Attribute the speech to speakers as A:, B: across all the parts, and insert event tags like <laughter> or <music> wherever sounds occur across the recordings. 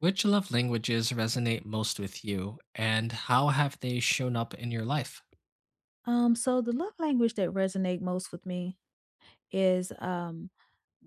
A: Which love languages resonate most with you, and how have they shown up in your life?
B: So the love language that resonate most with me is um,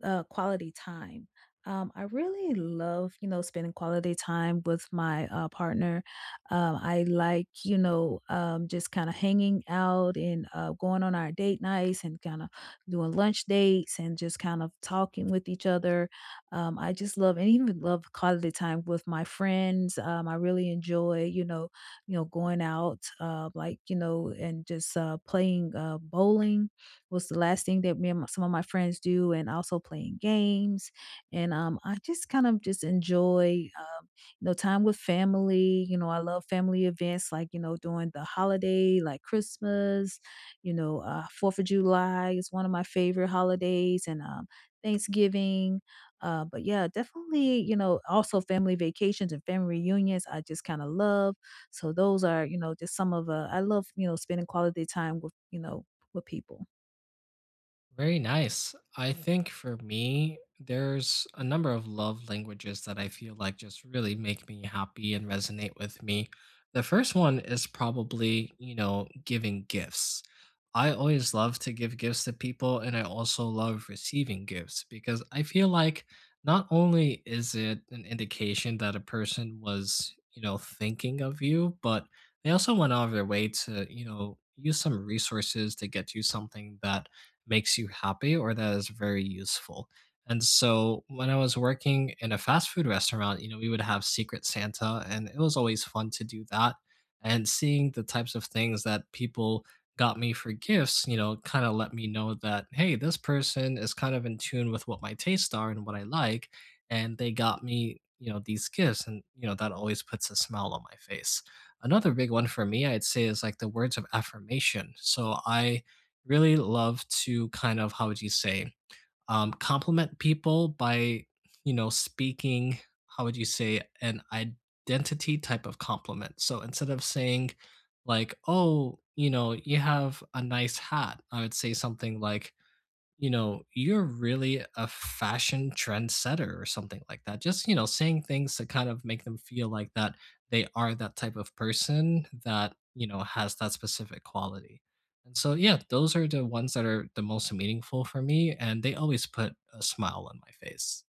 B: Uh, quality time. I really love, you know, spending quality time with my partner. I like, just kind of hanging out and going on our date nights and kind of doing lunch dates and just kind of talking with each other. I just love and even love quality time with my friends. I really enjoy, going out, like and just playing bowling was the last thing that some of my friends do, and also playing games. And I just kind of just enjoy, time with family. You know, I love family events like you know during the holiday, like Christmas. Fourth of July is one of my favorite holidays, and Thanksgiving. But yeah, definitely, you know, also family vacations and family reunions. I just kind of love. So those are, you know, just some of I love, you know, spending quality time with, with people.
A: Very nice. I think for me, there's a number of love languages that I feel like just really make me happy and resonate with me. The first one is probably, you know, giving gifts. I always love to give gifts to people, and I also love receiving gifts because I feel like not only is it an indication that a person was, you know, thinking of you, but they also went out of their way to, you know, use some resources to get you something that makes you happy or that is very useful. And so when I was working in a fast food restaurant, you know, we would have Secret Santa, and it was always fun to do that. And seeing the types of things that people got me for gifts, you know, kind of let me know that, hey, this person is kind of in tune with what my tastes are and what I like. And they got me, you know, these gifts. And, you know, that always puts a smile on my face. Another big one for me, I'd say, is like the words of affirmation. So I really love to kind of, how would you say, compliment people by, you know, speaking, how would you say, an identity type of compliment. So instead of saying, like, oh, you know, you have a nice hat, I would say something like, you know, you're really a fashion trendsetter or something like that. Just, you know, saying things to kind of make them feel like that they are that type of person that, you know, has that specific quality. And so, yeah, those are the ones that are the most meaningful for me. And they always put a smile on my face.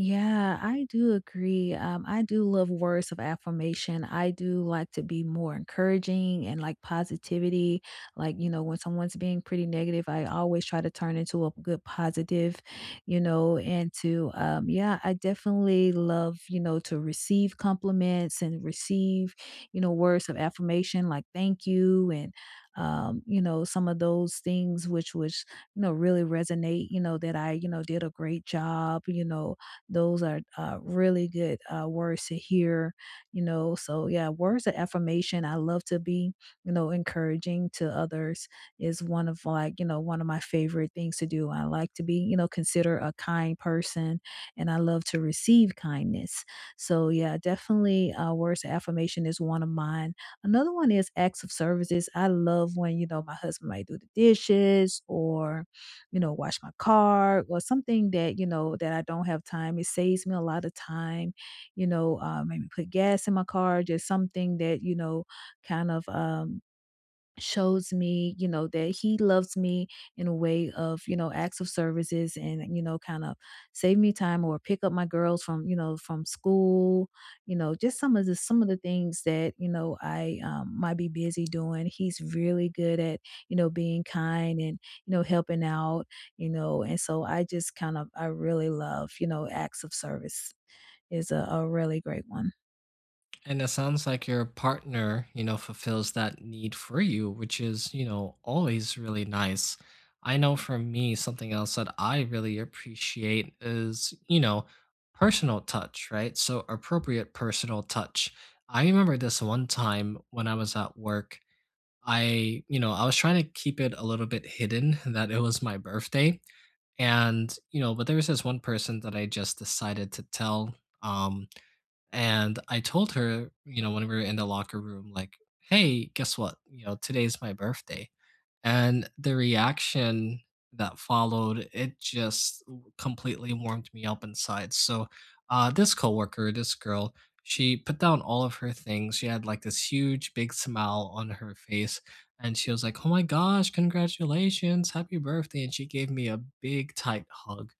B: Yeah, I do agree. I do love words of affirmation. I do like to be more encouraging and like positivity. Like, you know, when someone's being pretty negative, I always try to turn into a good positive, you know, and to, yeah, I definitely love, you know, to receive compliments and receive, you know, words of affirmation like thank you and you know, some of those things which was, you know, really resonate, you know, that I, you know, did a great job, those are really good words to hear, you know. So, yeah, words of affirmation. I love to be, you know, encouraging to others is one of like, you know, one of my favorite things to do. I like to be, you know, consider a kind person and I love to receive kindness. So, yeah, definitely words of affirmation is one of mine. Another one is acts of services. I love when, you know, my husband might do the dishes or you know, wash my car or something that, you know, that I don't have time. It saves me a lot of time, maybe put gas in my car, just something that, you know, kind of shows me, you know, that he loves me in a way of, you know, acts of services and, you know, kind of save me time or pick up my girls from, from school, you know, just some of the things that, you know, I might be busy doing. He's really good at, you know, being kind and, you know, helping out, you know, and so I just kind of I really love, you know, acts of service is a really great one.
A: And it sounds like your partner, you know, fulfills that need for you, which is, you know, always really nice. I know for me, something else that I really appreciate is, you know, personal touch, right? So appropriate personal touch. I remember this one time when I was at work. I, you know, I was trying to keep it a little bit hidden <laughs> that it was my birthday. And, you know, but there was this one person that I just decided to tell. Um, and I told her, you know, when we were in the locker room, like, hey, guess what? You know, today's my birthday. And the reaction that followed, it just completely warmed me up inside. So, this coworker, this girl, she put down all of her things. She had like this huge, big smile on her face. And she was like, "Oh my gosh, congratulations, happy birthday." And she gave me a big, tight hug.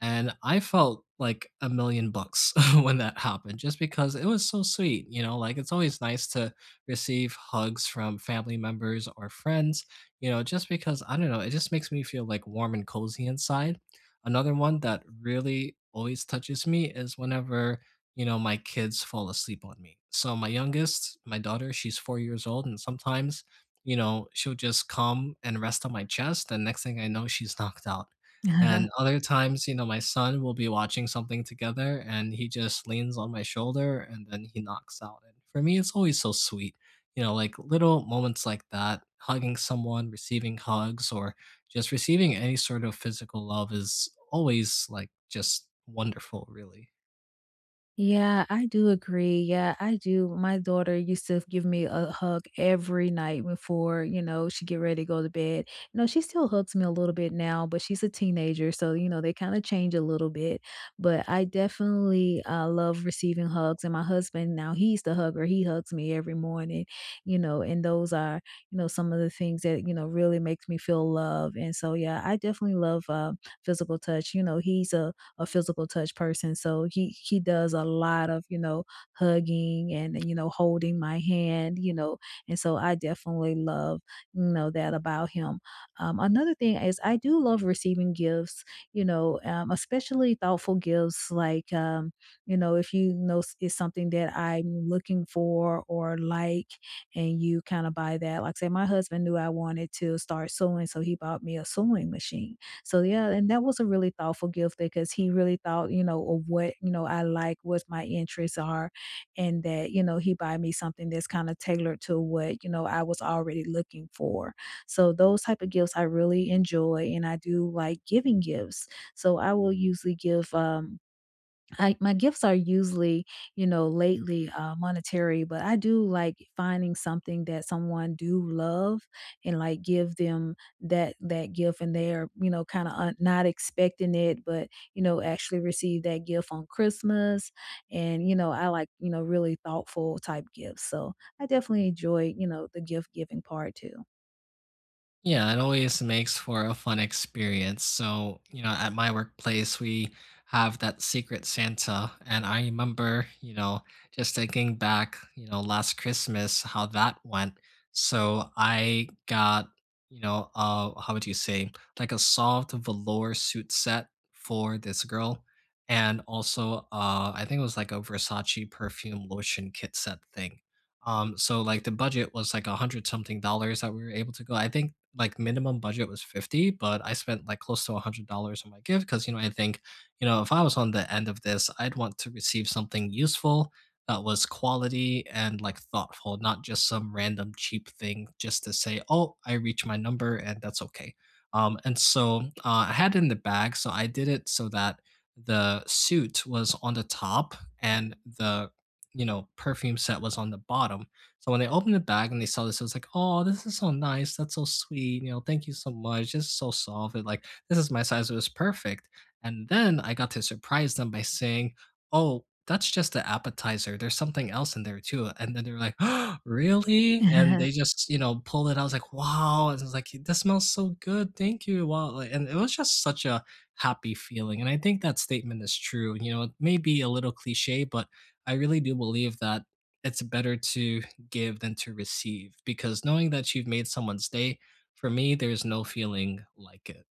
A: And I felt like a million bucks <laughs> when that happened, just because it was so sweet. You know, like, it's always nice to receive hugs from family members or friends, you know, just because, I don't know, it just makes me feel like warm and cozy inside. Another one that really always touches me is whenever, you know, my kids fall asleep on me. So my youngest, my daughter, she's 4 years old, and sometimes, you know, she'll just come and rest on my chest, and next thing I know, she's <laughs> knocked out. And
B: <laughs>
A: other times, you know, my son will be watching something together and he just leans on my shoulder and then he knocks out. And for me, it's always so sweet, you know, like little moments like that, hugging someone, receiving hugs, or just receiving any sort of physical love is always like just wonderful, really.
B: Yeah, I do agree. Yeah, I do. My daughter used to give me a hug every night before, you know, she get ready to go to bed. You know, she still hugs me a little bit now, but she's a teenager, so you know, they kind of change a little bit. But I definitely love receiving hugs, and my husband now he's the hugger. He hugs me every morning, you know, and those are, you know, some of the things that you know really makes me feel love. And so, yeah, I definitely love physical touch. You know, he's a physical touch person. So he does a lot of, you know, hugging and you know, holding my hand, you know. And so I definitely love, you know, that about him. Another thing is I do love receiving gifts, especially thoughtful gifts like you know, if it's something that I'm looking for or like and you kind of buy that. Like say my husband knew I wanted to start sewing, so he bought me a sewing machine so yeah, and that was a really thoughtful gift because he really thought, you know, of what, you know, I like, what my interests are, and that, you know, he buy me something that's kind of tailored to what, you know, I was already looking for. So those type of gifts I really enjoy and I do like giving gifts. So I will usually give I my gifts are usually, you know, lately, monetary, but I do like finding something that someone do love and, like, give them that gift, and they are, you know, kinda un not expecting it, but, you know, actually receive that gift on Christmas, and, you know, I like, you know, really thoughtful type gifts, so I definitely enjoy, you know, the gift-giving part too.
A: Yeah, it always makes for a fun experience. So, you know, at my workplace, we have that Secret Santa. And I remember, you know, just thinking back, you know, last Christmas, how that went. So I got, you know, how would you say, like a soft velour suit set for this girl. And also, I think it was like a Versace perfume lotion kit set thing. So like the budget was like a hundred something dollars that we were able to go. I think like minimum budget was 50, but I spent like close to $100 on my gift, because, you know, I think, you know, if I was on the end of this, I'd want to receive something useful that was quality and like thoughtful, not just some random cheap thing just to say, oh, I reached my number and that's okay. And so I had it in the bag, so I did it so that the suit was on the top and the, you know, perfume set was on the bottom. So when they opened the bag and they saw this, it was like, "Oh, this is so nice. That's so sweet. You know, thank you so much. This is so soft. It, like, this is my size. It was perfect." And then I got to surprise them by saying, "Oh, that's just the appetizer. There's something else in there too." And then they were like, oh, "Really?" And they
B: <laughs>
A: just, you know, pulled it out. I was like, "Wow!" And I was like, "This smells so good. Thank you." Wow. Like, and it was just such a happy feeling. And I think that statement is true. You know, it may be a little cliche, but I really do believe that it's better to give than to receive, because knowing that you've made someone's day, for me, there's no feeling like it.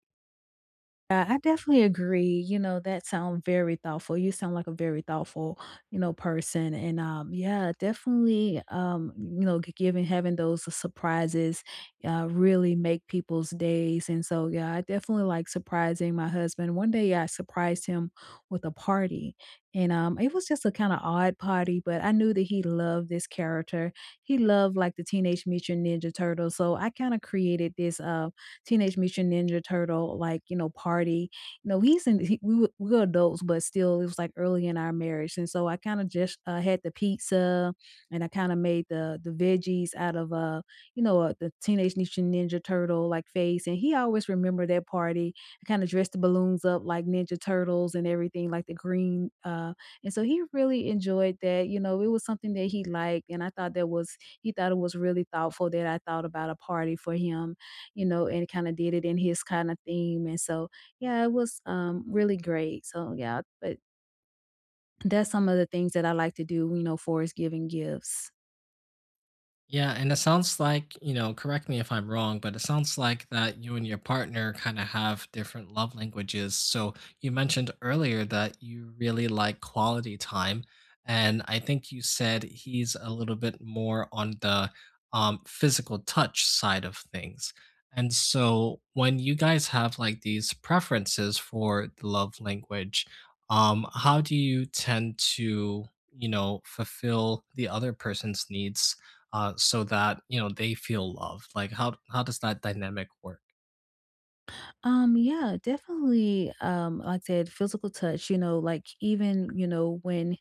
B: Yeah, I definitely agree. You know, that sounds very thoughtful. You sound like a very thoughtful, you know, person. And yeah, definitely, you know, giving having those surprises really make people's days. And so yeah, I definitely like surprising my husband. One day I surprised him with a party. And It was just a kind of odd party, but I knew that he loved this character. He loved like the Teenage Mutant Ninja Turtles. So I kind of created this Teenage Mutant Ninja Turtle, like, you know, party. You know, he's in he, we were adults, but still it was like early in our marriage. And so I kind of just had the pizza and I kind of made the veggies out of the Teenage Mutant Ninja Turtle like face and he always remembered that party. I kind of dressed the balloons up like Ninja Turtles and everything like the green and so he really enjoyed that. You know, it was something that he liked and I thought that was he thought it was really thoughtful that I thought about a party for him you know, and kind of did it in his kind of theme. And so, yeah, it was really great. So, yeah, but that's some of the things that I like to do, you know, for is giving gifts.
A: Yeah, and it sounds like, you know, correct me if I'm wrong, but it sounds like that you and your partner kind of have different love languages. So you mentioned earlier that you really like quality time, and I think you said he's a little bit more on the physical touch side of things. And so when you guys have like these preferences for the love language, how do you tend to, you know, fulfill the other person's needs, so that, you know, they feel loved. Like, how does that dynamic work?
B: Yeah, definitely. Like I said, physical touch, you know, like even, you know, when,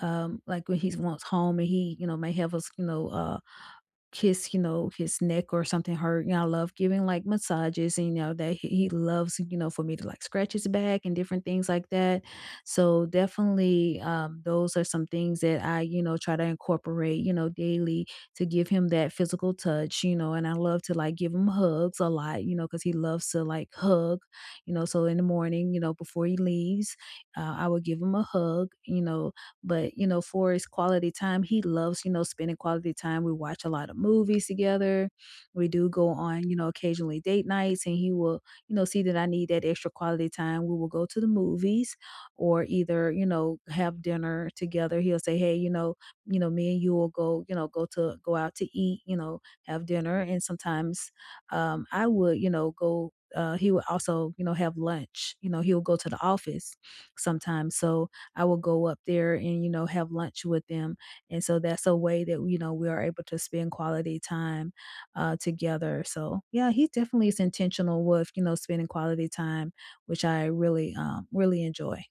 B: um, like when he wants home and he, you know, may have us, kiss, you know, his neck or something hurt. You know, I love giving like massages and you know that he loves, you know, for me to like scratch his back and different things like that. So definitely those are some things that I, you know, try to incorporate, you know, daily to give him that physical touch, you know, and I love to like give him hugs a lot, you know, because he loves to like hug, you know, so in the morning, you know, before he leaves, I will give him a hug, you know, but, you know, for his quality time, he loves, you know, spending quality time. We watch a lot of movies together. We do go on, you know, occasionally date nights and he will, you know, see that I need that extra quality time. We will go to the movies or either, you know, have dinner together. He'll say, "Hey, you know, me and you will go, you know, go out to eat, you know, have dinner." And sometimes I would, you know, go he would also, you know, have lunch. You know, he'll go to the office sometimes. So I will go up there and, you know, have lunch with them. And so that's a way that, you know, we are able to spend quality time together. So yeah, he definitely is intentional with, you know, spending quality time, which I really, really enjoy.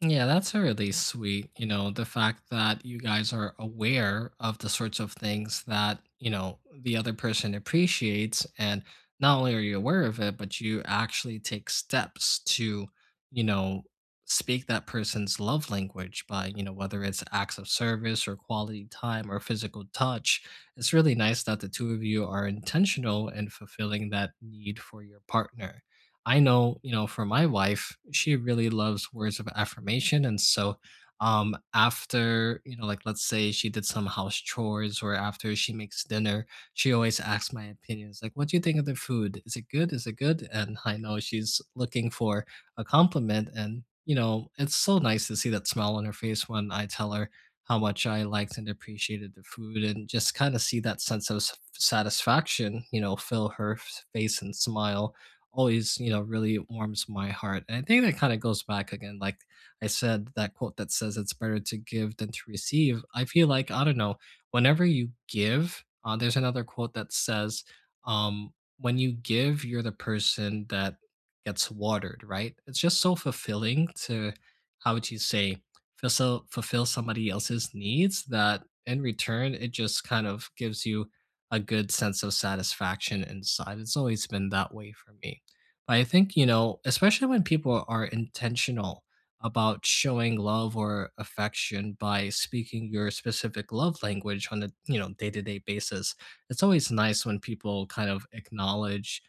A: Yeah, that's really sweet. You know, the fact that you guys are aware of the sorts of things that, you know, the other person appreciates. And not only are you aware of it, but you actually take steps to, you know, speak that person's love language by, you know, whether it's acts of service or quality time or physical touch. It's really nice that the two of you are intentional in fulfilling that need for your partner. I know, you know, for my wife, she really loves words of affirmation. And so, after, you know, like let's say she did some house chores or after she makes dinner, she always asks my opinions, like, what do you think of the food? Is it good? Is it good? And I know she's looking for a compliment. And, you know, it's so nice to see that smile on her face when I tell her how much I liked and appreciated the food and just kind of see that sense of satisfaction, you know, fill her face and smile, always, you know, really warms my heart. And I think that kind of goes back again, like I said, that quote that says it's better to give than to receive. I feel like, I don't know, whenever you give, there's another quote that says, when you give, you're the person that gets watered, right? It's just so fulfilling to, how would you say, fulfill somebody else's needs, that in return, it just kind of gives you a good sense of satisfaction inside. It's always been that way for me. I think, you know, especially when people are intentional about showing love or affection by speaking your specific love language on a, you know, day-to-day basis. It's always nice when people kind of acknowledge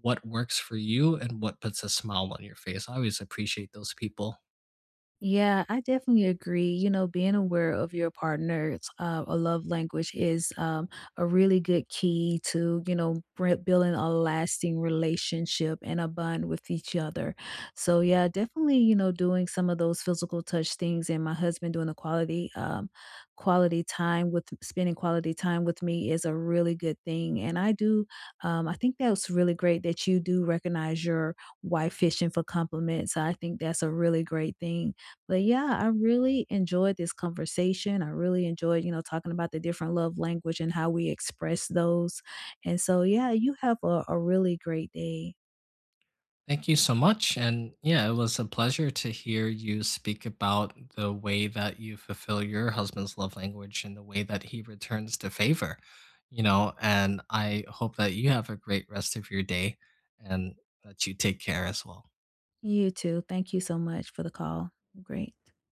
A: what works for you and what puts a smile on your face. I always appreciate those people.
B: Yeah, I definitely agree. You know, being aware of your partner's a love language is a really good key to, you know, building a lasting relationship and a bond with each other. So, yeah, definitely, you know, doing some of those physical touch things and my husband doing the quality time with spending quality time with me is a really good thing. And I do, I think that's really great that you do recognize your wife fishing for compliments. I think that's a really great thing but yeah, I really enjoyed this conversation. I really enjoyed, you know, talking about the different love language and how we express those. And so, yeah, you have a really great day.
A: Thank you so much. And yeah, it was a pleasure to hear you speak about the way that you fulfill your husband's love language and the way that he returns to favor, you know. And I hope that you have a great rest of your day and that you take care as well.
B: You too. Thank you so much for the call. Great.